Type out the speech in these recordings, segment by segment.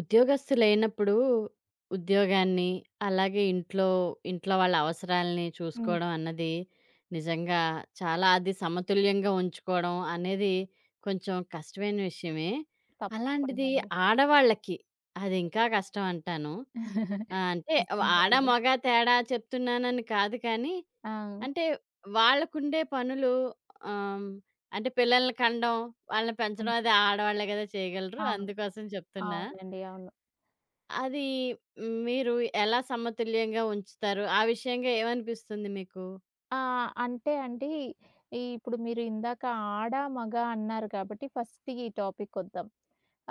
ఉద్యోగస్తులైనప్పుడు ఉద్యోగాన్ని, అలాగే ఇంట్లో ఇంట్లో వాళ్ళ అవసరాలని హ్మ్. చూసుకోవడం అన్నది నిజంగా చాలా అది సమతుల్యంగా ఉంచుకోవడం అనేది కొంచెం కష్టమైన విషయమే. తప్పకుండా అలాంటిది అండి. ఆడవాళ్ళకి అది ఇంకా కష్టం అంటాను. ఆ! అంటే నిజంగా ఆడ, అండి. మగ తేడా చెప్తున్నానని కాదు కానీ, ఆ! అంటే వాళ్ళకుండే పనులు ఆహ్, అంటే పిల్లల్ని కనడం, వాళ్ళని హ్మ్. పెంచడం అది ఆడవాళ్ళే కదా చేయగలరు. అవును. అందుకోసం చెప్తున్నా. అవునండి. అవును. అది మీరు ఎలా సమతుల్యంగా ఉంచుతారు? ఆ విషయంగా ఏమనిపిస్తుంది మీకు? ఆ! అంటే అండి, ఇప్పుడు మీరు ఇందాక ఆడ, మగ అన్నారు కాబట్టి ఫస్ట్ ఈ టాపిక్కొద్దాం.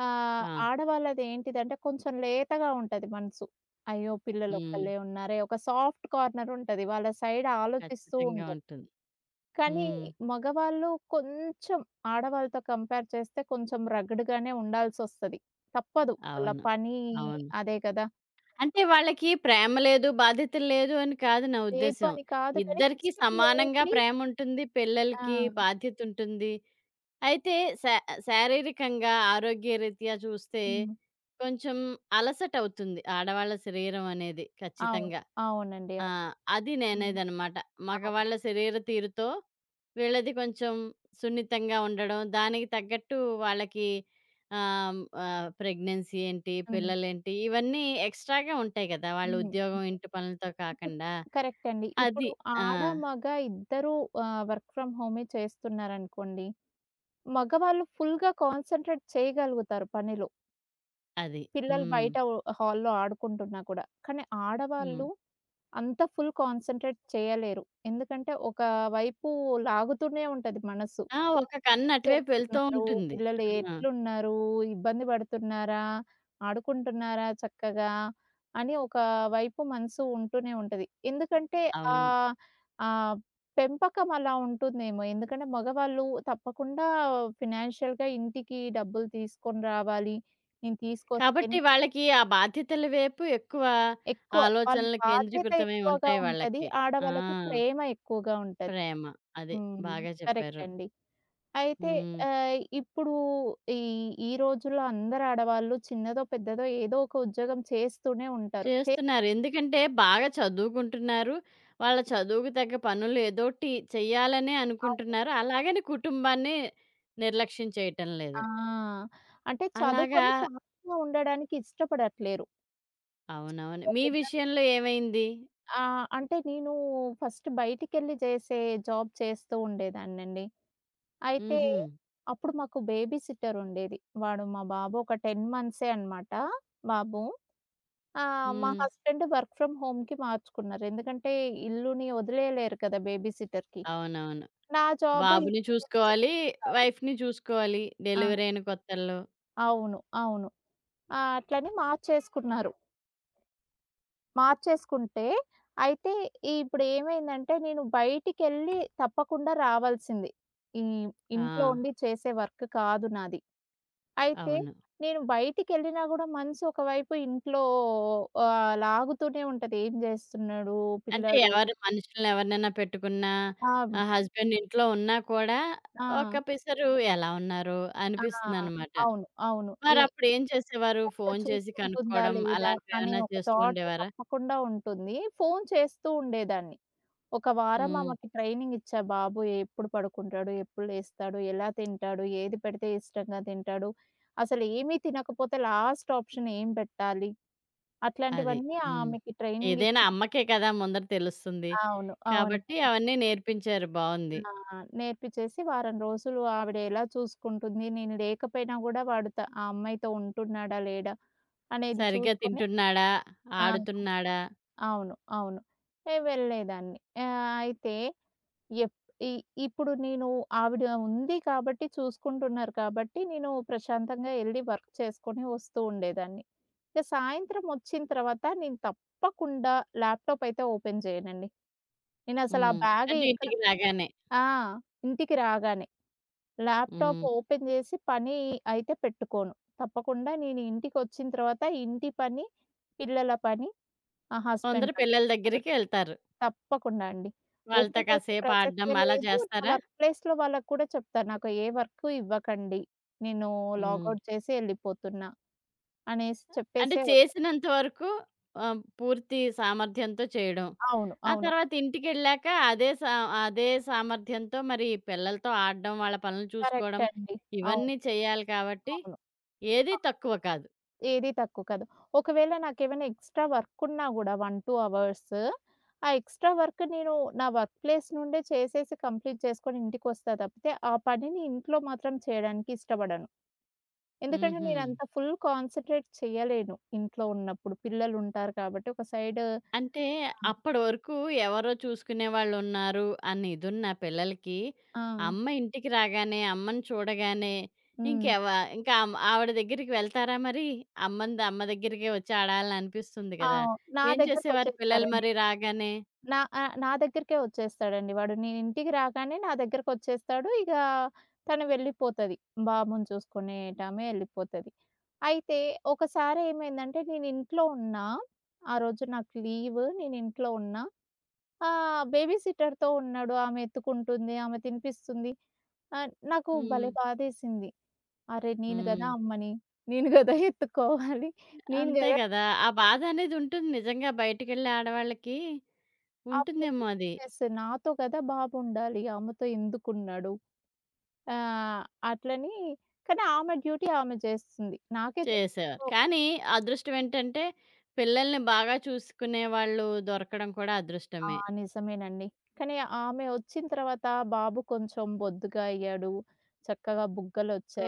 ఆ! ఆడవాళ్ళది ఏంటిదంటే కొంచెం లేతగా ఉంటది మనసు. అయ్యో! హ్మ్. పిల్లలొక్కళ్ళే ఉన్నారే, ఒక సాఫ్ట్ కార్నరుంటది. వాళ్ళ సైడ్ ఆలోచిస్తూ ఖచ్చితంగా ఉంటారు. ఉంటుంది. కానీ హ్మ్. మగవాళ్ళు కొంచెం ఆడవాళ్ళతో కంపేర్ చేస్తే కొంచెం రగ్‌డ్‌గానే ఉండాల్సొస్తది. తప్పదు. వాళ్ళ అవును. పని అవును. అదే కదా! అంటే వాళ్ళకి ప్రేమ లేదు, బాధ్యతలు లేదు అని కాదు నా లేదు ఉద్దేశ్యం. అని కాదు కానీ ఇద్దరికీ ఫస్ట్ సమానంగా ప్రియారిటీ ప్రేమ ఉంటుంది. ఆ! పిల్లలకి బాధ్యత ఉంటుంది. అయితే శా శారీరకంగా ఆరోగ్యరీత్యా చూస్తే హ్మ్. కొంచెం అలసట అవుతుంది ఆడవాళ్ళ శరీరం అనేది అవును. ఖచ్చితంగా. అవునండి. ఆ! అవును. అది హ్మ్. నేనేదనమాట. అవును. మగవాళ్ళ శరీర తీరుతో వీళ్ళది కొంచెం సున్నితంగా ఉండడం, దానికి తగ్గట్టు వాళ్ళకి ఆహ్, ఆహ్, ప్రెగ్నెన్సీ ఏంటి, హ్మ్. పిల్లలేంటి ఇవన్నీ ఎక్స్‌ట్రా‌గా ఉంటాయి కదా! వాళ్ళ హ్మ్. ఉద్యోగం, ఇంటి పనులతో ఇప్పుడు కాకుండా. కరెక్ట్ అండి. అది. ఇప్పుడు ఆ! ఆడ, మగ ఇద్దరూ వర్క్ ఫ్రమ్ హోమే చేస్తున్నారనుకోండి. మగవాళ్ళు ఫుల్‌గా కాన్సంట్రేట్ చేయగలుగుతారు పనిలో. అది. పిల్లలు హ్మ్. బయట హాల్‌లో ఆడుకుంటున్నా కూడా. కానీ హ్మ్. ఆడవాళ్ళు అంత ఫుల్ కాన్సంట్రేట్ చేయలేరు. ఎందుకంటే ఒక వైపు లాగుతూనే ఉంటది మనసు. ఆ! ఒక కన్ను ఏం అటువైపు వెళ్తూ చేస్తున్నారు? ఉంటుంది. పిల్లలు ఆ! ఎట్లున్నారు? ఇబ్బంది పడుతున్నారా? ఆడుకుంటున్నారా చక్కగా? అని ఒక వైపు మనసు ఉంటూనే ఉంటది. ఎందుకంటే అవును. ఆహ్, ఆహ్, పెంపకం అలా ఉంటుందేమో. ఎందుకంటే మగవాళ్ళు తప్పకుండా ఫినాన్షియల్‌గా ఇంటికి డబ్బులు తీసుకొని రావాలి. నేను తీసుకొస్తే కాబట్టి వాళ్ళకి ఆ బాధ్యతల వైపు ఎక్కువ ఎక్కువ. వాళ్ళు ఆలోచనలు బాధ్యత కేంద్రీకృతమై ఎక్కువగా ఉంటాయి ఉంటది. వాళ్ళకి. ఆ! ఆడవాళ్ళకి ప్రేమ ఎక్కువగా ఉంటది. ప్రేమ. అదే. హ్మ్. బాగా కరెక్ట్ చెప్పారు. అండి. అయితే హ్మ్. ఇప్పుడు ఈ ఈ రోజుల్లో అందరు ఆడవాళ్ళు చిన్నదో, పెద్దదో ఏదో ఒక ఉద్యోగం చేస్తూనే ఉంటారు. చే చేస్తున్నారు. ఎందుకంటే బాగా చదువుకుంటున్నారు. వాళ్ళ చదువుకు తగ్గ పనులు ఏదోటి చెయ్యాలనే అవును. అనుకుంటున్నారు. అలాగని కుటుంబాన్ని నిర్లక్ష్యం చేయటం లేదు. ఆ! అంటే అలాగా చదువుకొని ఖాళీగా ఉండడానికి ఇష్టపడట్లేరు. అవునవును. సో, మీ పెద్దలు విషయంలో ఏమైంది? ఆ! అంటే నేను ఫస్ట్ బయటికెళ్ళి చేసే జాబ్ చేస్తూ ఉండేదాన్నండి. అయితే హుహు. అప్పుడు మాకు బేబీ సిట్టర్ ఉండేది. వాడు మా బాబు ఒక 10 మంత్సే అన్నమాట బాబు. ఆహ్, మా హ్మ్. హ్మ్. హస్బెండ్ వర్క్ ఫ్రమ్ హోమ్‌కి మార్చుకున్నారు. ఎందుకంటే ఇల్లుని వదిలేయలేరు కదా! బేబీ సిట్టర్‌కి. అవునవును. నా జాబ్ బాబుని ఇంటిలోనే చూసుకోవాలి. చేసేది కాదు. వైఫ్‌ని చూసుకోవాలి. ఆ! డెలివరీ అయిన కొత్తల్లో. అవును. అవును. ఆ! అట్లని మార్చేసుకున్నారు. మార్చేసుకుంటే అయితే ఇప్పుడు ఏమైందంటే నేను బయటికెళ్ళి తప్పకుండా రావాల్సింది. ఈ ఆ! ఇంట్లో ఉండి చేసే వర్క్ కాదు నాది. అయితే అవును. నేను బయటికెళ్ళినా గూడా మనసు ఒకవైపు ఇంట్లో లాగుతూనే ఉంటది. ఏం జేస్తున్నాడు అంటే పిల్లాడు? ఎవరు మనుషుల్ని ఎవరినైనా పెట్టుకున్నా, ఆ! హ్మ్. హస్బెండ్ ఇంట్లో ఉన్నా కూడా ఆ! ఒక పిసరు ఎలా ఉన్నారు ఆ! అనిపిస్తుందనమాట. అవును. అవును. ఏ మరప్పుడు ఏం చేసేవారు? సరిగ్గా ఫోను చేసి చూసుకుంటుందా కనుక్కోవడం లేదా? అనే అలాంటివేమన్నా ఒక చేస్తూ థాట్ ఉండేవారా? తప్పకుండా ఉంటుంది. ఫోన్ చేస్తూ ఉండేదాన్ని. ఒక వారం హ్మ్. ఆమెకి ట్రైనింగ్ ఇచ్చా. బాబు ఎప్పుడు పడుకుంటాడు? ఎప్పుడు లేస్తాడు? ఎలా తింటాడు? ఏది పెడితే ఇష్టంగా తింటాడు? అసలు ఏమీ తినకపోతే లాస్ట్ ఆప్షన్ ఏం పెట్టాలి? అది. అట్లాంటివన్నీ హ్మ్. ఆమెకి ట్రైనింగ్ ఏదైనా ఇచ్చి అమ్మకే కదా ముందర తెలుస్తుంది. అవును. అవునండి. కాబట్టి అవన్నీ నేర్పించారు బావుంది. ఆ! నేర్పించేసి వారం రోజులు ఆవిడ ఎలా చూసుకుంటుంది, నేను లేకపోయినా గూడా వాడు ఆ అమ్మాయితో ఉంటున్నాడా, లేడా అనేది సరిగ్గా చూసుకొని తింటున్నాడా? ఆ! ఆడుతున్నాడా? అవును. అవును. వెళ్ళేదాన్ని. అయితే ఎప్ ఇ ఇప్పుడు నేను ఆవిడ ఉంది కాబట్టి, చూసుకుంటున్నారు కాబట్టి, నేను ప్రశాంతంగా ఎళ్లి వర్క్ చేసుకొని వస్తూ ఉండేదాన్ని. ఇక సాయంత్రం వచ్చిన తర్వాత నేను తప్పకుండా ల్యాప్‌టాప్ అయితే ఓపెన్ చేయనండి. నేనసలు ఆ హ్మ్. బ్యాగ్ అంటే ఎక్కడ ఇంటికి రాగానే. ఆ! ఇంటికి రాగానే. ల్యాప్‌టాప్ హ్మ్. ఓపెన్ జేసి పని అయితే పెట్టుకోను. తప్పకుండా నేను ఇంటికొచ్చిన తర్వాత ఇంటి పని, పిల్లల పని, ఆ ముందర హస్బెండ్ పని. పిల్లల దగ్గరికి ఎళ్తారు. తప్పకుండా అండి. వాళ్ళతో ఓపెన్ చేసే కాసేపు ఆడడం ప్రసక్తే అలా లేదు. నా చేస్తారా? వర్క్ ప్లేస్‌లో వాళ్ళకి కూడా చెప్తా. నాకు ఏ వర్కు ఇవ్వకండి. నేను హ్మ్. లాగౌట్ చేసి ఎళ్ళిపోతున్నా అనేసి అంటే చెప్పేసే వస్తా. చేసినంత వరకు పూర్తి సామర్థ్యంతో చేయడం. అవును. ఆ అవును. తర్వాత ఇంటికెళ్ళాక అదే సామర్థ్యంతో మరి పిల్లలతో ఆడడం, వాళ్ళ పనులు కరెక్ట్ చూసుకోవడం అండి. అవును. ఇవన్నీ చేయాలి కాబట్టి అవును. ఏది తక్కువ కాదు. ఏది తక్కువ కాదు. ఒకవేళ నాకేమైనా ఎక్స్‌ట్రా వర్కున్నా గూడా 1, 2 అవర్స్ ఆ ఎక్స్‌ట్రా వర్క్ నేను నా వర్క్ ప్లేస్ నుండే చేసేసి కంప్లీట్ చేసుకొని ఇంటికొస్తా తప్పితే, ఆ పనిని ఇంట్లో మాత్రం చేయడానికి ఇష్టపడను. ఎందుకంటే హుహు. నేనంత ఫుల్ కాన్సంట్రేట్ చేయలేను ఇంట్లో ఉన్నప్పుడు. పిల్లలుంటారు కాబట్టి ఒక సైడ్ ఆ! అంటే అప్పడి వరకు ఎవరో చూసుకునేవాళ్ళున్నారు అన్న ఇదున్న పిల్లలకి, ఆ! అమ్మ ఇంటికి రాగానే, అమ్మని చూడగానే హ్మ్. ఇంకెవ ఇంకా అమ్ ఆవిడ దగ్గరికి వెళ్తారా మరి? అమ్మంది అమ్మ దగ్గరికే వచ్చి ఆడాలని అనిపిస్తుంది ఆ! కదా! నా ఏం చేసేవారు పిల్లలు దగ్గరకొచ్చేస్తారండి. మరి రాగానే? నా దగ్గరికే వచ్చేస్తాడండి వాడు. నేను ఇంటికి రాగానే నా దగ్గరకొచ్చేస్తాడు. ఇక తను వెళ్ళిపోతది. బాబుని చూసుకునేటామె ఎళ్ళిపోతది. అయితే ఒకసారి ఏమైందంటే నేను ఇంట్లో ఉన్నా. ఆ రోజు నాకు లీవ్. నేను ఇంట్లో ఉన్నా. బేబీ సిట్టర్‌తో ఉన్నాడు. ఆమె ఎత్తుకుంటుంది. ఆమె తినిపిస్తుంది. నాకు హ్మ్. భలే బాధేసింది. అరే! నేను హ్మ్. గదా అమ్మని. నేను గదా ఎత్తుకోవాలి. నేను అంతే గదా కదా! ఆ బాధనేది ఉంటుంది నిజంగా బయటికెళ్ళే ఆడవాళ్ళకి ఆ ఉంటుందేమో పొజిషన్‌లో అది. నాతో కదా బాబు ఉండాలి. ఆమెతో ఎందుకున్నాడు? ఆహ్, అట్లని కానీ ఆమె డ్యూటీ ఆమె జేస్తుంది. నాకే చేసేవారు. తెలియదు కానీ అదృష్టం ఏంటంటే, పిల్లల్ని బాగా చూసుకునేవాళ్ళు దొరకడం కూడా ఆ! అదృష్టమే. నిజమేనండి. కానీ ఆమె వచ్చిన తర్వాత బాబు కొంచెం బొద్దుగా అయ్యాడు. చక్కగా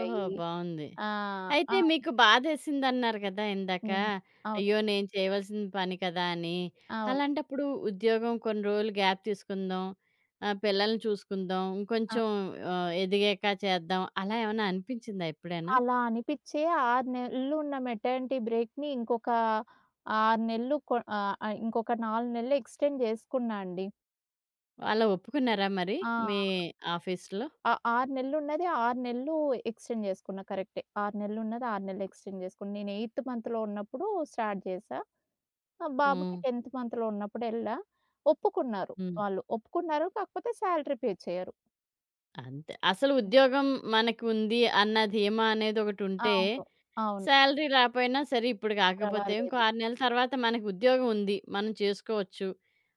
ఓహో! బావుంది. ఆ! అయితే ఆ! మీకు బాధేసిందన్నారు కదా! ఇందాక. హ్మ్. అవును. అయ్యో! నేను చేయవలసిన పని కదా! అని. అవును. అలాంటప్పుడు ఉద్యోగం కొన్ని రోజులు గ్యాప్ తీసుకుందాం. పిల్లల్ని చూసుకుందాం. ఆ! ఇంకొంచెం ఎదిగాక చేద్దాం. అలా ఏమన్నా అనిపించిందా ఎప్పుడైనా? అలా అనిపిచ్చే 6 నెలలు ఉన్న మెటర్నిటీ బ్రేక్‌ని ఇంకొక 6 నెలలు ఇంకొక 4 నెలలు ఎక్స్‌టెండ్ జేసుకున్నా అండి. అలా ఒప్పుకున్నారా మరి ఆ! మీ ఆఫీస్‌లో? ఆ 6 నెలలున్నది, 6 నెలలు ఎక్స్టెండ్ చేసుకున్నా కరెక్టే. 6 నెలలున్నది, 6 నెలలు ఎక్స్టెండ్ చేసుకున్నా. నేను ఎయిత్ మంత్‌లో ఉన్నప్పుడు స్టార్ట్ చేశా. మా హ్మ్. బాబుకి 10th మంత్‌లో ఉన్నప్పుడు ఎళ్ళా. ఒప్పుకున్నారు హ్మ్. వాళ్ళు. ఒప్పుకున్నారు. కాకపోతే శాలరీ పే చేయరు. అంతే. అసలు ఉద్యోగం మనకుంది అన్న ధీమా అనేదొకటుంటే అవును. అవును. సాలరీ రాపోయినా సరే ఇప్పుడు కాకపోతే ఇంకో పర్వాలేదు. 6 నెలల తర్వాత మనకు ఉద్యోగం ఉంది. మనం చేసుకోవచ్చు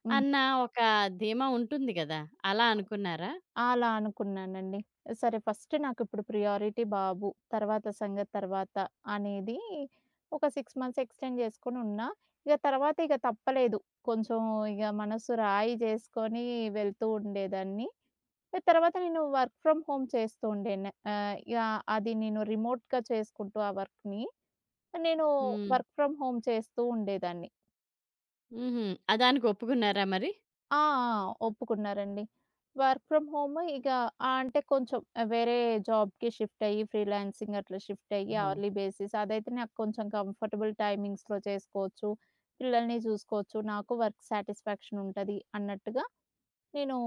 హ్మ్. అన్న ఒక ధీమా ఉంటుంది కదా! అలా అవును. అనుకున్నారా? అలా అనుకున్నానండి. సరే ఫస్ట్ నాకిప్పుడు ప్రియారిటీ బాబు. తర్వాత సంగతి తర్వాత అనేది ఒక 6 మంత్స్ ఎక్స్‌టెండ్ చేసుకొని ఉన్నా. ఇక తర్వాత ఇక తప్పలేదు. కొంచెం ఇక మనసు రాయి చేసుకొని వెళ్తూ ఉండేదాన్ని. ఇక తర్వాత నేను వర్క్ ఫ్రమ్ హోమ్ చేస్తూ ఉండేను. ఇగ అది నేను రిమోట్‌గా చేసుకుంటూ ఆ వర్క్‌ని. నేను హ్మ్. వర్క్ ఫ్రమ్ హోమ్ చేస్తూ ఉండేదాన్ని. హుహు. ఆ! దానికి ఒప్పుకున్నారా మరి? ఆ! ఆ! ఒప్పుకున్నారండి. వర్క్ ఫ్రమ్ హోమ్ ఇక అంటే కొంచెం వేరే జాబ్‌కి షిఫ్ట్ అయ్యి ఫ్రీలాన్సింగ్ అట్లా షిఫ్ట్ అయ్యి అవర్లీ ఆ! బేసిస్ అదైతే నాకు కొంచెం కంఫర్టబుల్ టైమింగ్స్‌లో చేసుకోవచ్చు. పిల్లల్ని చూసుకోవచ్చు. నాకు వర్క్ సాటిస్ఫాక్షన్ ఉంటది అన్నట్టుగా నేను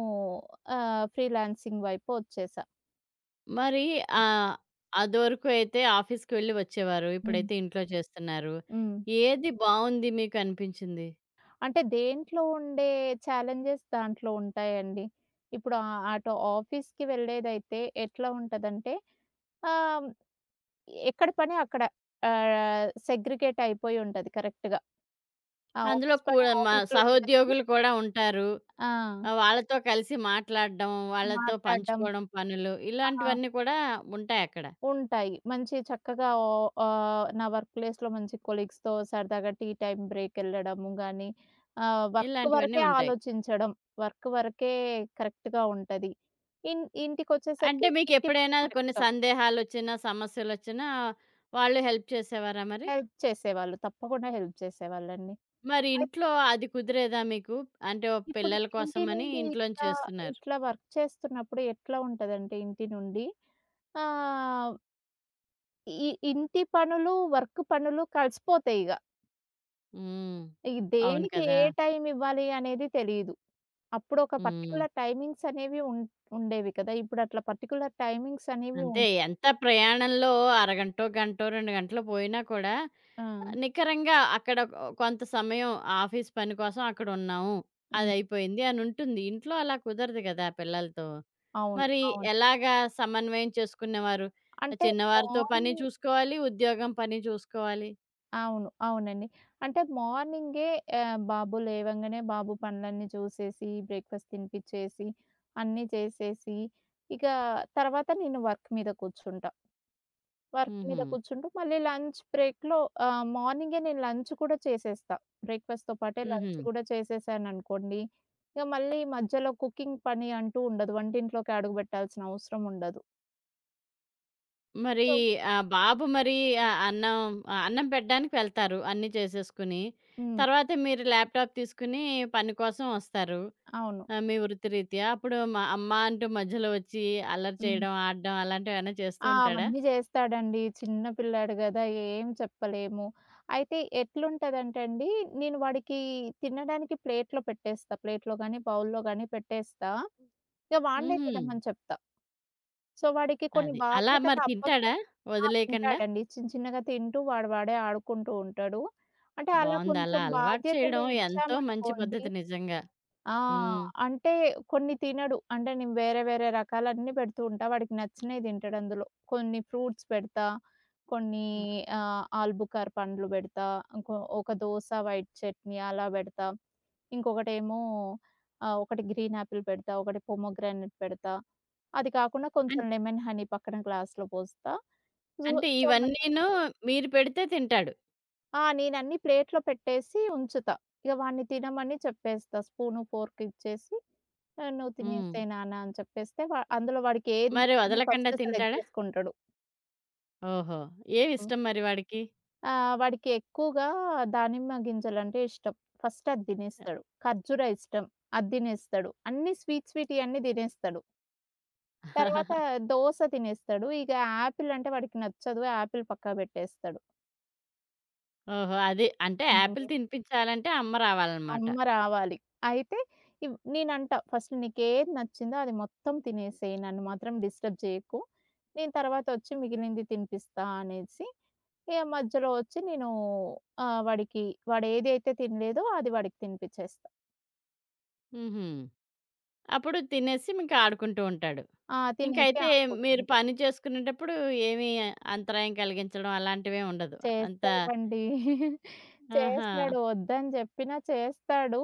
ఫ్రీలాన్సింగ్ వైపు వచ్చేసా. మరి ఆహ్, అదివరకు అయితే ఆఫీస్‌కి వెళ్లి వచ్చేవారు. హ్మ్. ఇప్పుడైతే ఇంట్లో చేస్తున్నారు. హ్మ్. ఏది బావుంది మీకు అనిపించింది? అంటే దేంట్లో ఉండే ఛాలెంజెస్ దాంట్లో ఉంటాయండి. ఇప్పుడు అటు ఆఫీస్‌కి వెళ్ళేదైతే ఎట్లా ఉంటదంటే ఆహ్ ఎక్కడ పని అక్కడ. సెగ్రిగేట్ అయిపోయి ఉంటది కరెక్ట్‌గా. ఆ అందులో ఆఫీస్ పని కూడా మా ఆఫీస్‌లో చేయొచ్చు. సహోద్యోగులు కూడా ఉంటారు. ఆ! వాళ్ళతో కలిసి మాట్లాడడం, వాళ్ళతో మాట్లాడడం. పంచుకోవడం పనులు ఆ! ఇలాంటివన్నీ కూడా ఉంటాయక్కడ. ఉంటాయి. మంచి చక్కగా నా వర్క్ ప్లేస్‌లో మంచి కొలీగ్స్‌తో సరదాగా టీ టైమ్ బ్రేకెళ్ళడము గానీ, వర్క్ ఇలాంటివన్నీ వరకే ఉంటాయి. ఆలోచించడం. వర్క్ వరకే కరెక్ట్‌గా ఉంటది. అంటే ఇంటికొచ్చేసరికి ఇంటి పని మీకెప్పుడైనా కొన్ని కరెక్ట్‌గా సందేహాలొచ్చినా, సమస్యలొచ్చినా వాళ్ళు హెల్ప్ చేసేవారా మరి? హెల్ప్ చేసేవాళ్ళు. తప్పకుండా హెల్ప్ చేసేవాళ్ళండి. మరి ఇంట్లో అది కుదిరేదా మీకు? అంటే ఓ ఇప్పుడు పిల్లల ఇంటి కోసమని నుండి ఇంట్లోంచి ఇట్లా, చేస్తున్నారు. ఇట్లా వర్క్ చేస్తున్నప్పుడు ఎట్లా ఉంటదంటే ఇంటి నుండి ఆహ్, ఈ ఇంటి పనులు, వర్క్ పనులు కలిసిపోతాయి ఇగ. హ్మ్. ఈ అవును దేనికి కదా! ఏ టైమ్ ఇవ్వాలి అనేది తెలీదు. అప్పుడొక హ్మ్. పర్టిక్యులర్ టైమింగ్స్ అనేవి ఉండేవి కదా! ఇప్పుడు అట్లా పర్టిక్యులర్ టైమింగ్స్ అనేవి అంతే ఉండవు. ఎంత ప్రయాణంలో అరగంటో, గంటో, 2 గంటలో పోయినా కూడా ఆ! నికరంగా అక్కడ కొంత సమయం ఆఫీస్ పని కోసం అక్కడున్నాము. హ్మ్. అదయిపోయింది అనుంటుంది. ఇంట్లో అలా కుదరదు గదా! పిల్లలతో. అవును. మరి అవును. ఎలాగా సమన్వయం చేసుకునేవారు? ఆ అంటే చిన్నవారితో పని మార్నింగ్ చూసుకోవాలి, ఉద్యోగం పని చూసుకోవాలి. అవును. అవునండి. అంటే మార్నింగే బాబు లేవంగానే బాబు పనులన్నీ చూసేసి, బ్రేక్‌ఫాస్ట్ తినిపిచ్చేసి, అన్నీ చేసేసి, ఇక తర్వాత నేను వర్క్ మీద కూర్చుంటా. వర్క్ హుహు. మీద కూర్చుంటూ మళ్ళీ లంచ్ బ్రేక్‌లో మార్నింగే నేను లంచ్ కూడా చేసేస్తా. బ్రేక్‌ఫాస్ట్‌తో పాటే హుహు. లంచ్ కూడా చేసేసాననుకోండి, ఇక మళ్ళీ మధ్యలో కుకింగ్ పని అంటూ ఉండదు. వంటింట్లోకి అడుగు పెట్టాల్సిన అవసరం ఉండదు. మరి సో బాబు మరి ఆహ్, అన్నం అన్నం పెట్టడానికి వెళ్తారు అన్నీ చేసేసుకుని. హ్మ్. తర్వాత మీరు ల్యాప్‌టాప్ తీసుకుని పని కోసం వస్తారు. అవును. ఆ! మీ వృత్తిరీత్యా. అప్పుడు మా అమ్మ అంటూ మధ్యలో వచ్చి అల్లరి హ్మ్. చేయడం, ఆడడం అలాంటివేమైనా చేస్తూ ఆ! ఉంటాడా? అవన్నీ జేస్తాడండి. చిన్న పిల్లాడు గదా! ఏం చెప్పలేము. అయితే ఎట్లుంటదంటే అండి, నేను వాడికి తినడానికి ప్లేట్‌లో పెట్టేస్తా. ప్లేట్‌లో గానీ, బౌల్‌లో గానీ పెట్టేస్తా. ఇక వాడినే హుహు. తినమని చెప్తా. సో, వాడికి కొన్ని అది. అలా మరి బాధ్యతలు తింటాడా? అప్పగించినా వదిలేయకండా? తింటాడండి. చిన్న చిన్నగా తింటూ వాడే ఆడుకుంటూ ఉంటాడు. అంటే అలా బావుంది. అలా కొంచెం అలవాటు బాధ్యతలు చేయడం ఎంతో మంచి ఇచ్చామనుకోండి పద్ధతి నిజంగా. ఆ! హ్మ్. అంటే కొన్ని తినడు. అంటే నేను వేరే వేరే రకాలన్నీ పెడుతూ ఉంటా. వాడికి నచ్చినయి తింటాడు అందులో. కొన్ని ఫ్రూట్స్ పెడతా. కొన్ని అ ఆల్బుకార్ పండ్లు పెడతా. ఇంకో ఒక దోస వైట్ చట్నీ అలా పెడతా. ఇంకొకటేమో ఒకటి గ్రీన్ యాపిల్ పెడతా. ఒకటి పొమోగ్రానేట్ పెడతా. అది కాకుండా కొంచెం అన్ లెమన్ హనీ పక్కన గ్లాస్‌లో పోస్తా. సో, అంటే సో, ఇవన్నీను మీరు పెడితే తింటాడు. ఆ! నేనన్నీ ప్లేట్‌లో పెట్టేసి ఉంచుతా. ఇగ వాడిని తినమని చెప్పేస్తా. స్పూను, ఫోర్క్ ఇచ్చేసి "నువ్వు హ్మ్. తినేసేయి నాన్న" అని చెప్పేస్తే అందులో వాడికి ఏది మరి నచ్చింది వదలకండా ఫస్ట్ సెలెక్ట్ తింటాడా? చేసుకుంటాడు. ఓహో! హ్మ్. ఏవిష్టం మరి వాడికి? వాడికి ఎక్కువగా దానిమ్మ గింజలంటే ఇష్టం. ఫస్ట్ అది తినేస్తాడు. ఖర్జూర ఇష్టం. అది తినేస్తాడు. అన్నీ స్వీట్ స్వీట్‌యి అన్నీ తినేస్తాడు. తర్వాత దోస తినేస్తాడు. ఇక యాపిల్ అంటే వాడికి నచ్చదు. యాపిల్ పక్కకు పెట్టేస్తాడు. ఓహో! అది. అంటే హ్మ్. యాపిల్ హ్మ్. తినిపించాలంటే అమ్మ రావాలనమాట. అమ్మ రావాలి. అయితే నేనంటా "ఫస్ట్ నీకేది నచ్చిందో అది మొత్తం తినేసేయి. నన్ను మాత్రం డిస్టర్బ్ చేయకు. నేను తర్వాతొచ్చి మిగిలింది తినిపిస్తా" అనేసి ఇగ మధ్యలో వచ్చి నేను వాడికి వాడేదైతే తినలేదో అది వాడికి తినిపిచ్చేస్తా. హుహు. అప్పుడు తినేసి ఇంక ఆడుకుంటూ ఉంటాడు. ఆ! తినేసి ఇంకైతే మీరు ఆడుకుంటుంటాడు. పని చేసుకునేటప్పుడు ఏమీ అంతరాయం కలిగించడం అలాంటివేం ఉండదు. అంతా చేస్తాడండి. ఆహా! చేస్తాడు. వద్దని జెప్పినా చేస్తాడు.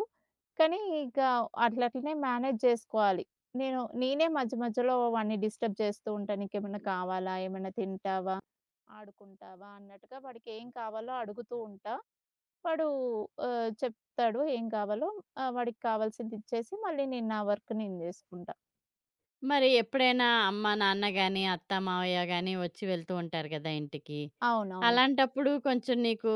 కానీ ఇక అట్లట్లనే మేనేజ్ జేసుకోవాలి. నేనే మధ్య మధ్యలో వాడిని డిస్టర్బ్ జేస్తూ ఉంటా. "నీకేమన్నా కావాలా? ఏమన్నా తింటావా? ఆడుకుంటావా?" అన్నట్టుగా వాడికేం కావాలో అడుగుతూ ఉంటా. వాడు చెప్తాడు ఏం కావాలో. వాడికి కావాల్సింది ఇచ్చేసి మళ్ళీ నేను నా వర్క్ జేసుకుంటా. మరి ఎప్పుడైనా అమ్మ, నాన్న గాని, అత్త, మావయ్య గాని వచ్చి వెళ్తూ ఉంటారు గదా! ఇంటికి. అవునవును. అలాంటప్పుడు కొంచెం నీకు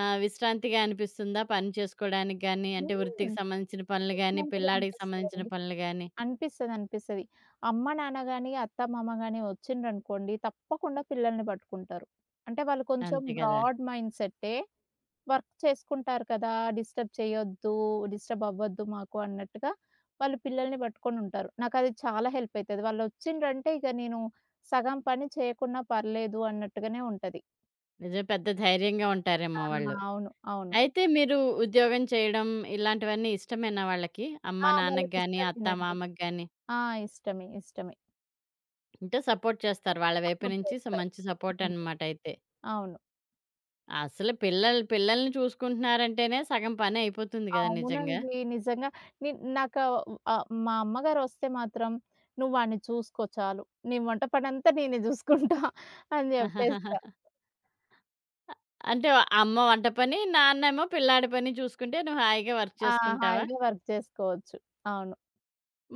విశ్రాంతిగా అనిపిస్తుందా? పని చేసుకోవడానికి గాని, అంటే వృత్తికి హ్మ్. సంబంధించిన పనులు గాని, ప్రశాంతిగా పిల్లాడికి సంబంధించిన అనిపిస్తదండి. పనులు గాని. అనిపిస్తది. అనిపిస్తది. అమ్మ, నాన్న గాని, అత్త, మామ గాని వచ్చిండ్రనుకోండి తప్పకుండా పిల్లల్ని పట్టుకుంటారు. అంటే వాళ్ళు కొంచెం అంతే గదా! బ్రాడ్ మైండ్‌సెట్టే. వర్క్ చేసుకుంటారు కదా! డిస్టర్బ్ చేయొద్దు, డిస్టర్బ్ అవ్వద్దు మాకు అన్నట్టుగా వాళ్ళు పిల్లల్ని పట్టుకొనుంటారు. నాకది చాలా హెల్ప్ అయితది. వాళ్ళొచ్చిండ్రంటే ఇక నేను సగం పని చేయకున్నా పర్లేదు అన్నట్టుగానే ఉంటది. నిజం పెద్ద ధైర్యంగా ఆ! ఉంటారేమో వాళ్ళు. అవును. అవును. అయితే మీరు ఉద్యోగం చేయడం ఇలాంటివన్నీ ఇష్టమేనా వాళ్ళకి? ఆ! అమ్మ, నాన్నకి గాని, అత్త, వాళ్ళకిష్టమేనండి. మామకి గాని ఆ! ఇష్టమే. ఇష్టమే. అంటే సపోర్ట్ చేస్తారు. వాళ్ళ వైపు సపోర్ట్ నుంచి సో, చేస్తారు. మంచి సపోర్ట్ హ్మ్. అనమాట అయితే. అవును. అసలు పిల్లలు పిల్లల్ని చూసుకుంటున్నారంటేనే సగం పని అయిపోతుంది గదా! నిజంగా. అవునండి. నిజంగా ని నాకా మా అమ్మగారొస్తే మాత్రం "నువ్వు వాడిని చూసుకో చాలు. నీ వంట పనంతా నేనే జూసుకుంటా" అని జెప్పేస్తా. అంటే అమ్మ వంట పని, నాన్నేమో పిల్లాడి పని చూసుకుంటే నువ్వు హాయిగా వర్క్ ఆ! చేసుకుంటావా? హాయిగా వర్క్ చేసుకోవచ్చు. అవును.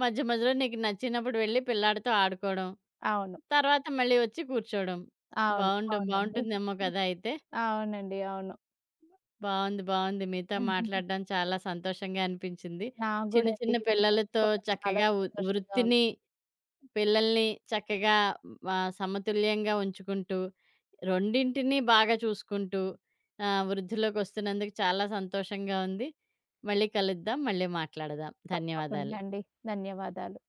మధ్య మధ్యలో నీకు నచ్చినప్పుడు వెళ్లి పిల్లాడితో ఆడుకోవడం. అవును. తర్వాత మళ్ళీ వచ్చి కూర్చోవడం. అవును. బావుండు అవునండి. బావుంటుందేమో కదా! అయితే. అవునండి. అవును. బావుంది. బావుంది. మీతో మాట్లాడడం చాలా సంతోషంగా అనిపించింది. నాకు చిన్న గూడా అండి చిన్న ఇవన్నీ పిల్లలతో పంచుకోవడం చాలా చక్కగా సంతోషంగా వృత్తిని, ఉంది. పిల్లల్ని చక్కగా సమతుల్యంగా ఉంచుకుంటూ, రెండింటిని బాగా చూసుకుంటూ వృద్ధిలోకొస్తున్నందుకు చాలా సంతోషంగా ఉంది. మళ్ళీ కలుద్దాం. మళ్ళీ మాట్లాడదాం. తప్పకుండా ధన్యవాదాలు. అండి. ధన్యవాదాలు.